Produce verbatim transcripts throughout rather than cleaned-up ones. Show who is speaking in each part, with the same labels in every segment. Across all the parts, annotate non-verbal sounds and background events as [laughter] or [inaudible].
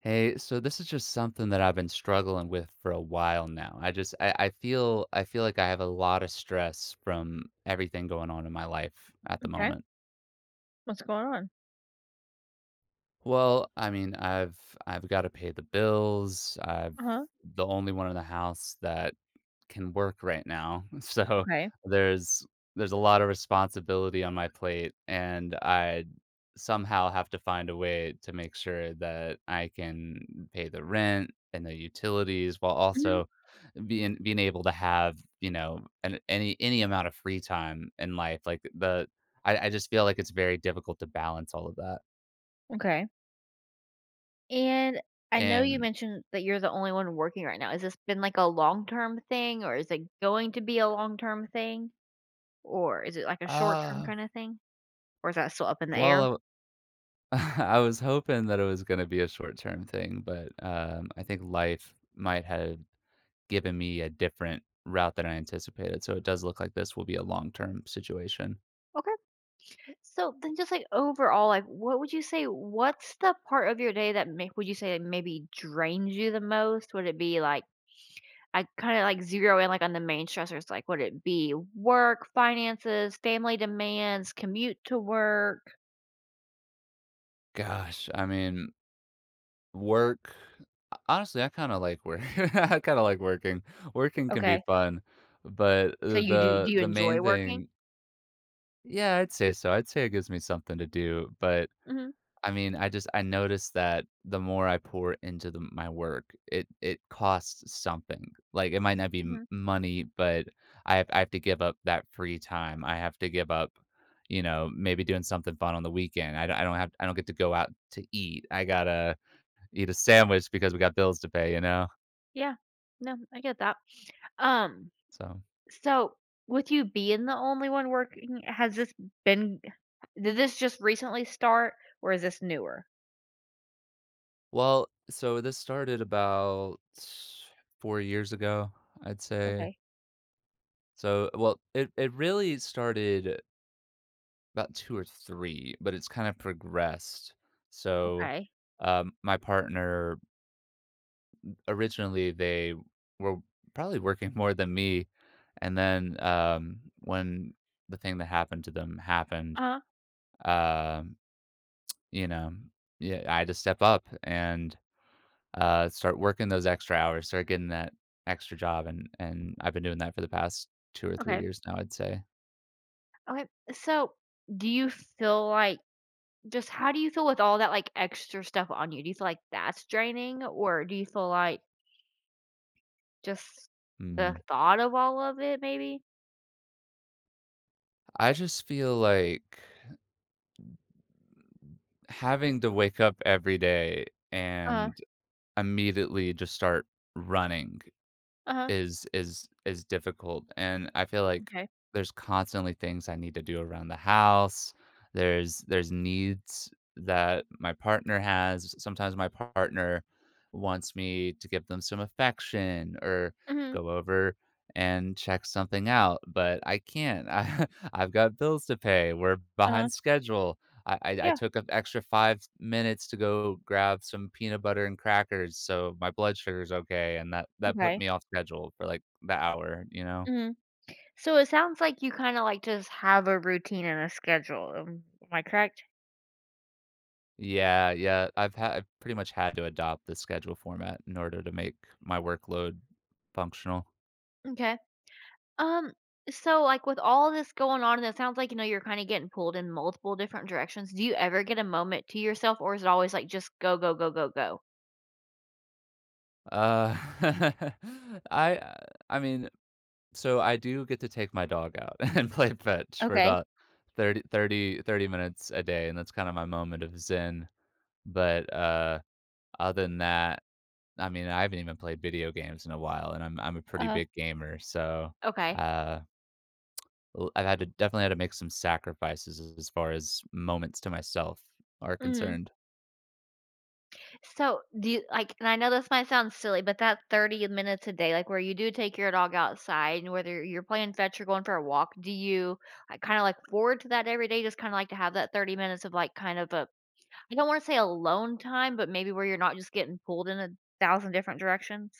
Speaker 1: Hey, so this is just something that I've been struggling with for a while now. I just I, I feel I feel like I have a lot of stress from everything going on in my life at the
Speaker 2: Okay.
Speaker 1: moment.
Speaker 2: What's going on?
Speaker 1: Well, I mean, I've I've got to pay the bills. I've
Speaker 2: Uh-huh.
Speaker 1: the only one in the house that can work right now. [laughs] So
Speaker 2: Okay.
Speaker 1: there's there's a lot of responsibility on my plate and I somehow have to find a way to make sure that I can pay the rent and the utilities while
Speaker 2: Mhm.
Speaker 1: also being being able to have, you know, an any any amount of free time in life, like, the I I just feel like it's very difficult to balance all of that,
Speaker 2: Okay. And I know you
Speaker 1: and,
Speaker 2: mentioned that you're the only one working right now. Has this been like a long-term thing, or is it going to be a long-term thing? Or is it like a short-term
Speaker 1: uh,
Speaker 2: kind of thing? Or is that still up in the
Speaker 1: well,
Speaker 2: air?
Speaker 1: I [laughs] I was hoping that it was gonna be a short-term thing, but, um, I think life might have given me a different route than I anticipated, so it does look like this will be a long-term situation.
Speaker 2: Okay. So then just like overall, like what would you say what's the part of your day that make would you say, like, maybe drains you the most? Would it be like I kinda, like, zero in, like, on the main stressors, like, would it be work, finances, family demands, commute to work?
Speaker 1: Gosh, I mean, Work uh, honestly, I kinda like work. [laughs] I kinda like working. Working can be
Speaker 2: Okay.
Speaker 1: fun, but
Speaker 2: So
Speaker 1: uh,
Speaker 2: you do do
Speaker 1: the
Speaker 2: you
Speaker 1: the main
Speaker 2: enjoy working?
Speaker 1: thing. Yeah, I'd say so. I'd say it gives me something to do, but,
Speaker 2: Mhm,
Speaker 1: I mean, I just I noticed that the more I pour into the my work, it it costs something. Like, it might not be m
Speaker 2: mhm.
Speaker 1: money, but I have I have to give up that free time. I have to give up, you know, maybe doing something fun on the weekend. I don't I don't have I don't get to go out to eat. I gotta eat a sandwich because we got bills to pay, you know?
Speaker 2: Yeah. No, I get that. Um,
Speaker 1: So
Speaker 2: so with you being the only one working, has this been did this just recently start, or is this newer?
Speaker 1: Well, so this started about four years ago, I'd say.
Speaker 2: Okay,
Speaker 1: So, well, it it really started about two or three, but it's kind of progressed. So,
Speaker 2: okay.
Speaker 1: um, my partner, originally, they were probably working [laughs] more than me, and then, um, when the thing that happened to them happened,
Speaker 2: uh
Speaker 1: um, you know, yeah, I had to step up and uh, start working those extra hours, start getting that extra job, and and I've been doing that for the past two or three
Speaker 2: okay.
Speaker 1: years now, I'd say.
Speaker 2: Okay, so do you feel like just how do you feel with all that, like, extra stuff on you? Do you feel like that's draining, or do you feel like just the
Speaker 1: Hmm,
Speaker 2: thought of all of it maybe?
Speaker 1: I just feel like having to wake up every day
Speaker 2: Uh-huh,
Speaker 1: and immediately just start running
Speaker 2: uh-huh.
Speaker 1: Is is is difficult, and I feel like
Speaker 2: Okay.
Speaker 1: there's constantly things I need to do around the house. There's there's needs that my partner has. Sometimes my partner wants me to give them some affection or
Speaker 2: Mhm.
Speaker 1: go over and check something out, but I can't. [laughs] I I've got bills to pay. We're
Speaker 2: Uh-huh.
Speaker 1: behind schedule. I I I
Speaker 2: Yeah,
Speaker 1: took an extra five minutes to go grab some peanut butter and crackers so my blood sugar's okay, and that that put
Speaker 2: okay.
Speaker 1: me off schedule for, like, the hour, you know?
Speaker 2: Mhm. So it sounds like you kinda, like, just have a routine and a schedule, am am I correct?
Speaker 1: Yeah, yeah, I've had I've pretty much had to adopt the schedule format in order to make my workload functional.
Speaker 2: Okay. Um, so, like, with all this going on, and it sounds like, you know, you're kinda getting pulled in multiple different directions, do you ever get a moment to yourself, or is it always, like, just go, go, go, go, go?
Speaker 1: Uh, [laughs] I, uh I mean, so I do get to take my dog out [laughs] and play fetch for
Speaker 2: Okay.
Speaker 1: about thirty thirty thirty minutes a day, and that's kinda my moment of zen, but, uh, other than that I mean, I haven't even played video games in a while, and I'm I'm a pretty
Speaker 2: Uh-huh.
Speaker 1: big gamer, so,
Speaker 2: Okay.
Speaker 1: uh, l I've had to definitely had to make some sacrifices as as far as moments to myself are
Speaker 2: Mhm.
Speaker 1: concerned.
Speaker 2: So, do you like and I know this might sound silly, but that thirty minutes a day, like, where you do take your dog outside and whether you're playing fetch or going for a walk, do you, like, kinda like forward to that every day? Just kinda like to have that thirty minutes of, like, kind of a I don't wanna say alone time, but maybe where you're not just getting pulled in a thousand different directions?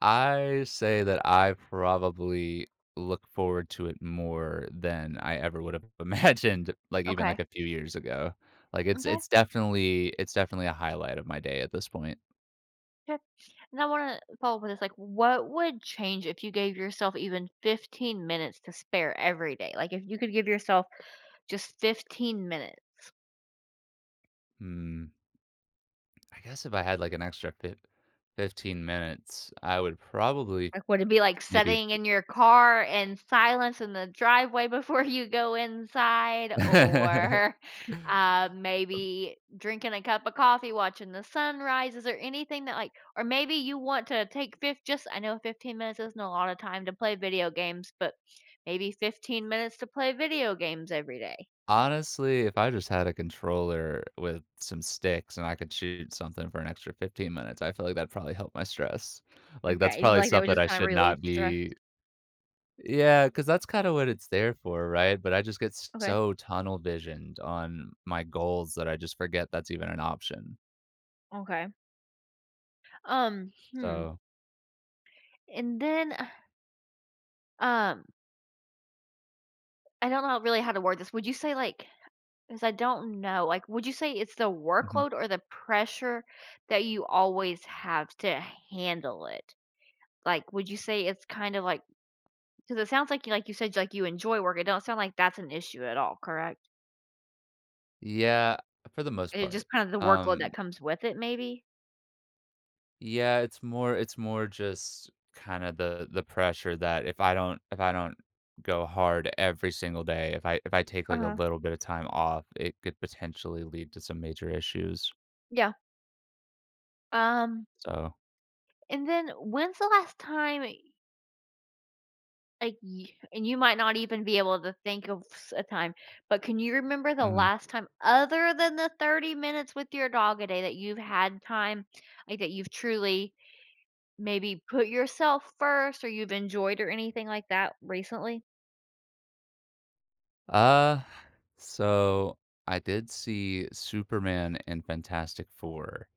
Speaker 1: I say that I probably look forward to it more than I ever would have [laughs] imagined, like, even, like,
Speaker 2: Okay.
Speaker 1: a few years ago. Like, it's
Speaker 2: Okay.
Speaker 1: it's definitely it's definitely a highlight of my day at this point.
Speaker 2: Okay. And I wanna follow up with this, like, what would change if you gave yourself even fifteen minutes to spare every day? Like, if you could give yourself just fifteen minutes.
Speaker 1: Mm, I guess if I had, like, an extra fif fifteen minutes, I would probably
Speaker 2: Like, would it be like
Speaker 1: maybe.
Speaker 2: sitting in your car in silence in the driveway [laughs] before you go inside, or
Speaker 1: [laughs]
Speaker 2: [laughs] uh, maybe drinking a cup of coffee, watching the sunrise? Is there anything that like, or maybe you want to take fifth? Just I know fifteen minutes isn't a lot of time to play video games, but maybe fifteen minutes to play video games every day.
Speaker 1: Honestly, if I just had a controller with some sticks and I could shoot something for an extra fifteen minutes, I feel like that'd probably help my stress. Like, that's
Speaker 2: Okay, you
Speaker 1: probably
Speaker 2: like that would
Speaker 1: something
Speaker 2: just
Speaker 1: I
Speaker 2: kind of
Speaker 1: should
Speaker 2: relieve
Speaker 1: not
Speaker 2: stress.
Speaker 1: be. Yeah, because that's kinda what it's there for, right? But I just get s
Speaker 2: Okay,
Speaker 1: so tunnel visioned on my goals that I just forget that's even an option.
Speaker 2: okay. Um, hmm.
Speaker 1: So
Speaker 2: And then, uh, um, I don't know really how to word this. Would you say like 'cause I don't know, like, would you say it's the
Speaker 1: Mhm.
Speaker 2: workload or the pressure that you always have to handle it? Like, would you say it's kind of like? Cause it sounds like you like you said, like, you enjoy work, it don't sound like that's an issue at all, correct?
Speaker 1: Yeah, for the most
Speaker 2: It's just
Speaker 1: part.
Speaker 2: kind of the workload
Speaker 1: Um
Speaker 2: that comes with it maybe?
Speaker 1: Yeah, it's more it's more just kinda the the pressure that if I don't if I don't go hard every single day, if I if I take, like, a
Speaker 2: Uh-huh.
Speaker 1: little bit of time off, it could potentially lead to some major issues.
Speaker 2: Yeah. Um,
Speaker 1: So
Speaker 2: and then when's the last time Like, y and you might not even be able to think of s a time, but can you remember the
Speaker 1: Mhm.
Speaker 2: last time other than the thirty minutes with your dog a day that you've had time, like, that you've truly maybe put yourself first, or you've enjoyed or anything like that recently?
Speaker 1: Uh, so I did see Superman and Fantastic Four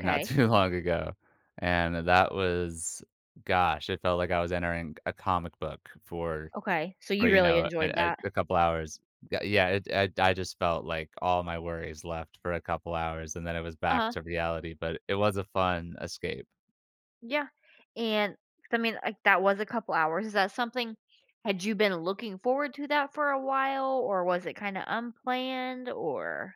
Speaker 1: not too [laughs] long ago, and that was gosh, it felt like I was entering a comic book for
Speaker 2: Okay. So
Speaker 1: For,
Speaker 2: you
Speaker 1: you
Speaker 2: really
Speaker 1: know, a
Speaker 2: enjoyed
Speaker 1: a
Speaker 2: that.
Speaker 1: a couple hours. Yeah yeah, it I I just felt like all my worries left for a couple hours, and then it was back
Speaker 2: Uh-huh.
Speaker 1: to reality, but it was a fun escape.
Speaker 2: Yeah. And, I mean, like, that was a couple hours. Is that something had you been looking forward to that for a while, or was it kinda unplanned, or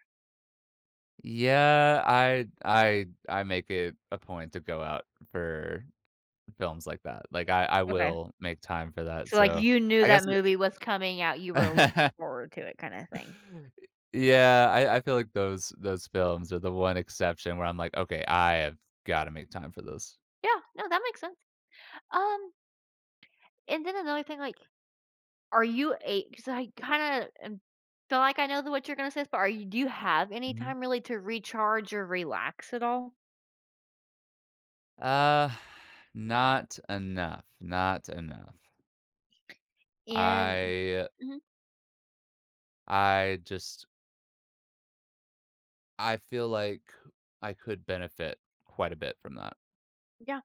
Speaker 1: Yeah, I I I make it a point to go out for films like that. Like, I I
Speaker 2: okay.
Speaker 1: will make time for that,
Speaker 2: So, like,
Speaker 1: so
Speaker 2: you knew
Speaker 1: I
Speaker 2: that
Speaker 1: guess it.
Speaker 2: movie was coming out, you were looking
Speaker 1: [laughs]
Speaker 2: forward to it kinda thing.
Speaker 1: Yeah, I I feel like those those films are the one exception where I'm like, "Okay, I have gotta make time for this."
Speaker 2: Yeah, no, that makes sense. Um, and then another thing, like, are you a? Because I kinda feel like I know the what you're gonna say, but are you do you have any
Speaker 1: Mhm.
Speaker 2: time really to recharge or relax at all?
Speaker 1: Uh, not enough, not enough.
Speaker 2: And
Speaker 1: I
Speaker 2: mhm,
Speaker 1: I just I feel like I could benefit quite a bit from that.
Speaker 2: yeah.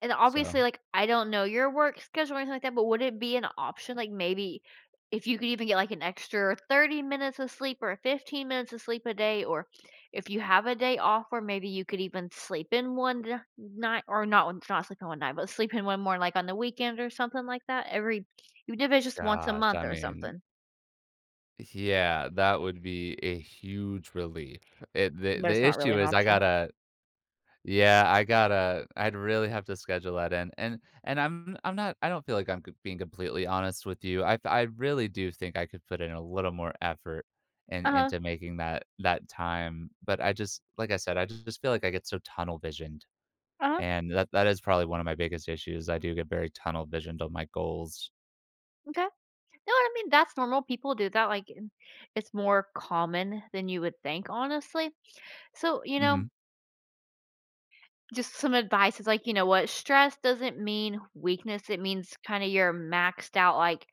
Speaker 2: And
Speaker 1: So,
Speaker 2: obviously, like, I don't know your work schedule or anything like that, but would it be an option, like, maybe if you could even get, like, an extra thirty minutes of sleep or fifteen minutes of sleep a day, or if you have a day off, or maybe you could even sleep in one d night, or not one not sleep in one night, but sleep in one more, like, on the weekend or something like that every you if it just once a
Speaker 1: gosh,
Speaker 2: month
Speaker 1: I
Speaker 2: or
Speaker 1: mean,
Speaker 2: something,
Speaker 1: yeah, that would be a huge relief. It, the
Speaker 2: but it's
Speaker 1: the
Speaker 2: not really
Speaker 1: issue
Speaker 2: an
Speaker 1: is I
Speaker 2: option.
Speaker 1: gotta. Yeah, I gotta I'd really have to schedule that in, and and I'm I'm not I don't feel like I'm g being completely honest with you, I I really do think I could put in a little more effort in
Speaker 2: Uh-huh,
Speaker 1: into making that that time, but I just like I said, I just just feel like I get so tunnel visioned,
Speaker 2: uh-huh,
Speaker 1: and that that is probably one of my biggest issues, I do get very tunnel visioned on my goals.
Speaker 2: okay. No, I mean, that's normal, people do that, like, it's more common than you would think, honestly. So, you know,
Speaker 1: Mhm.
Speaker 2: just some advice is like, you know what? Stress doesn't mean weakness. It means kind of you're maxed out, like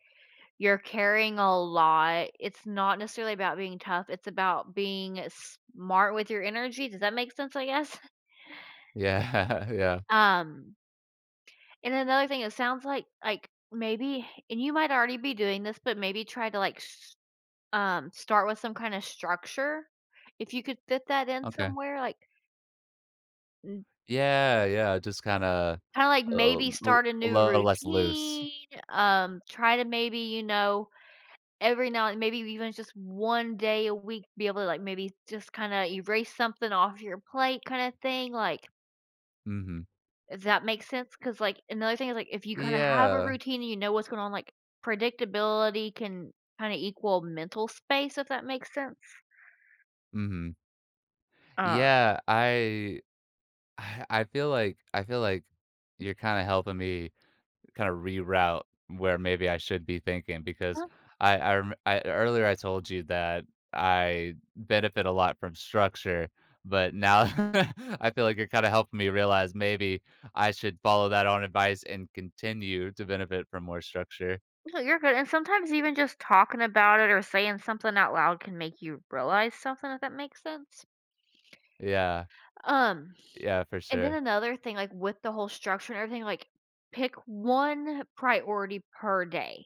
Speaker 2: you're carrying a lot. It's not necessarily about being tough. It's about being smart with your energy. Does that make sense, I guess? [laughs]
Speaker 1: Yeah, [laughs] yeah.
Speaker 2: Um, and another thing, it sounds like like maybe and you might already be doing this, but maybe try to like s- um start with some kind of structure. If you could fit that in
Speaker 1: Okay.
Speaker 2: somewhere, like
Speaker 1: Yeah, yeah, just kinda
Speaker 2: kinda like
Speaker 1: a l
Speaker 2: maybe
Speaker 1: l
Speaker 2: start a
Speaker 1: a
Speaker 2: new
Speaker 1: little less loose.
Speaker 2: routine, um, try to maybe, you know, every now and maybe even just one day a week be able to, like, maybe just kinda erase something off your plate kinda thing, like,
Speaker 1: Mhm.
Speaker 2: does that make sense? Because like, another thing is, like, if you kinda have a
Speaker 1: Yeah.
Speaker 2: routine and you know what's going on, like, predictability can kinda equal mental space, if that makes sense.
Speaker 1: Mhm.
Speaker 2: Uh,
Speaker 1: Yeah, I I I feel like I feel like you're kinda helping me kinda reroute where maybe I should be thinking because
Speaker 2: no,
Speaker 1: I I rem I earlier I told you that I benefit a lot from structure, but now [laughs] I feel like you're kinda helping me realize maybe I should follow that on advice and continue to benefit from more structure.
Speaker 2: no, you're good, and sometimes even just talking about it or saying something out loud can make you realize something, if that makes sense.
Speaker 1: Yeah.
Speaker 2: Um,
Speaker 1: Yeah, for
Speaker 2: and then
Speaker 1: sure.
Speaker 2: another thing, like, with the whole structure and everything, like, pick one priority per day.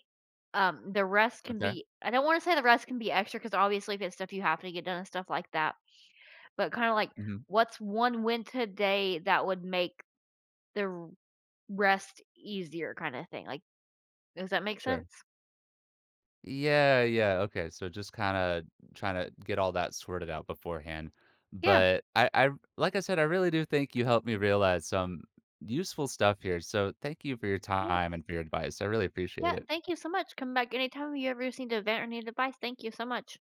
Speaker 2: Um, the rest can
Speaker 1: Okay.
Speaker 2: be I don't wanna say the rest can be extra, because obviously if it's stuff you have to get done and stuff like that, but kinda like,
Speaker 1: Mhm.
Speaker 2: what's one win today that would make the r rest easier kinda thing, like, does that make
Speaker 1: Sure.
Speaker 2: sense?
Speaker 1: Yeah, yeah, okay, so just kinda trying to get all that sorted out beforehand,
Speaker 2: Yeah,
Speaker 1: but I I like I said, I really do think you helped me realize some useful stuff here, so thank you for your
Speaker 2: yeah,
Speaker 1: time and for your advice, I really appreciate
Speaker 2: yeah,
Speaker 1: it.
Speaker 2: thank you so much, come back anytime you ever just need to vent or need advice, thank you so much.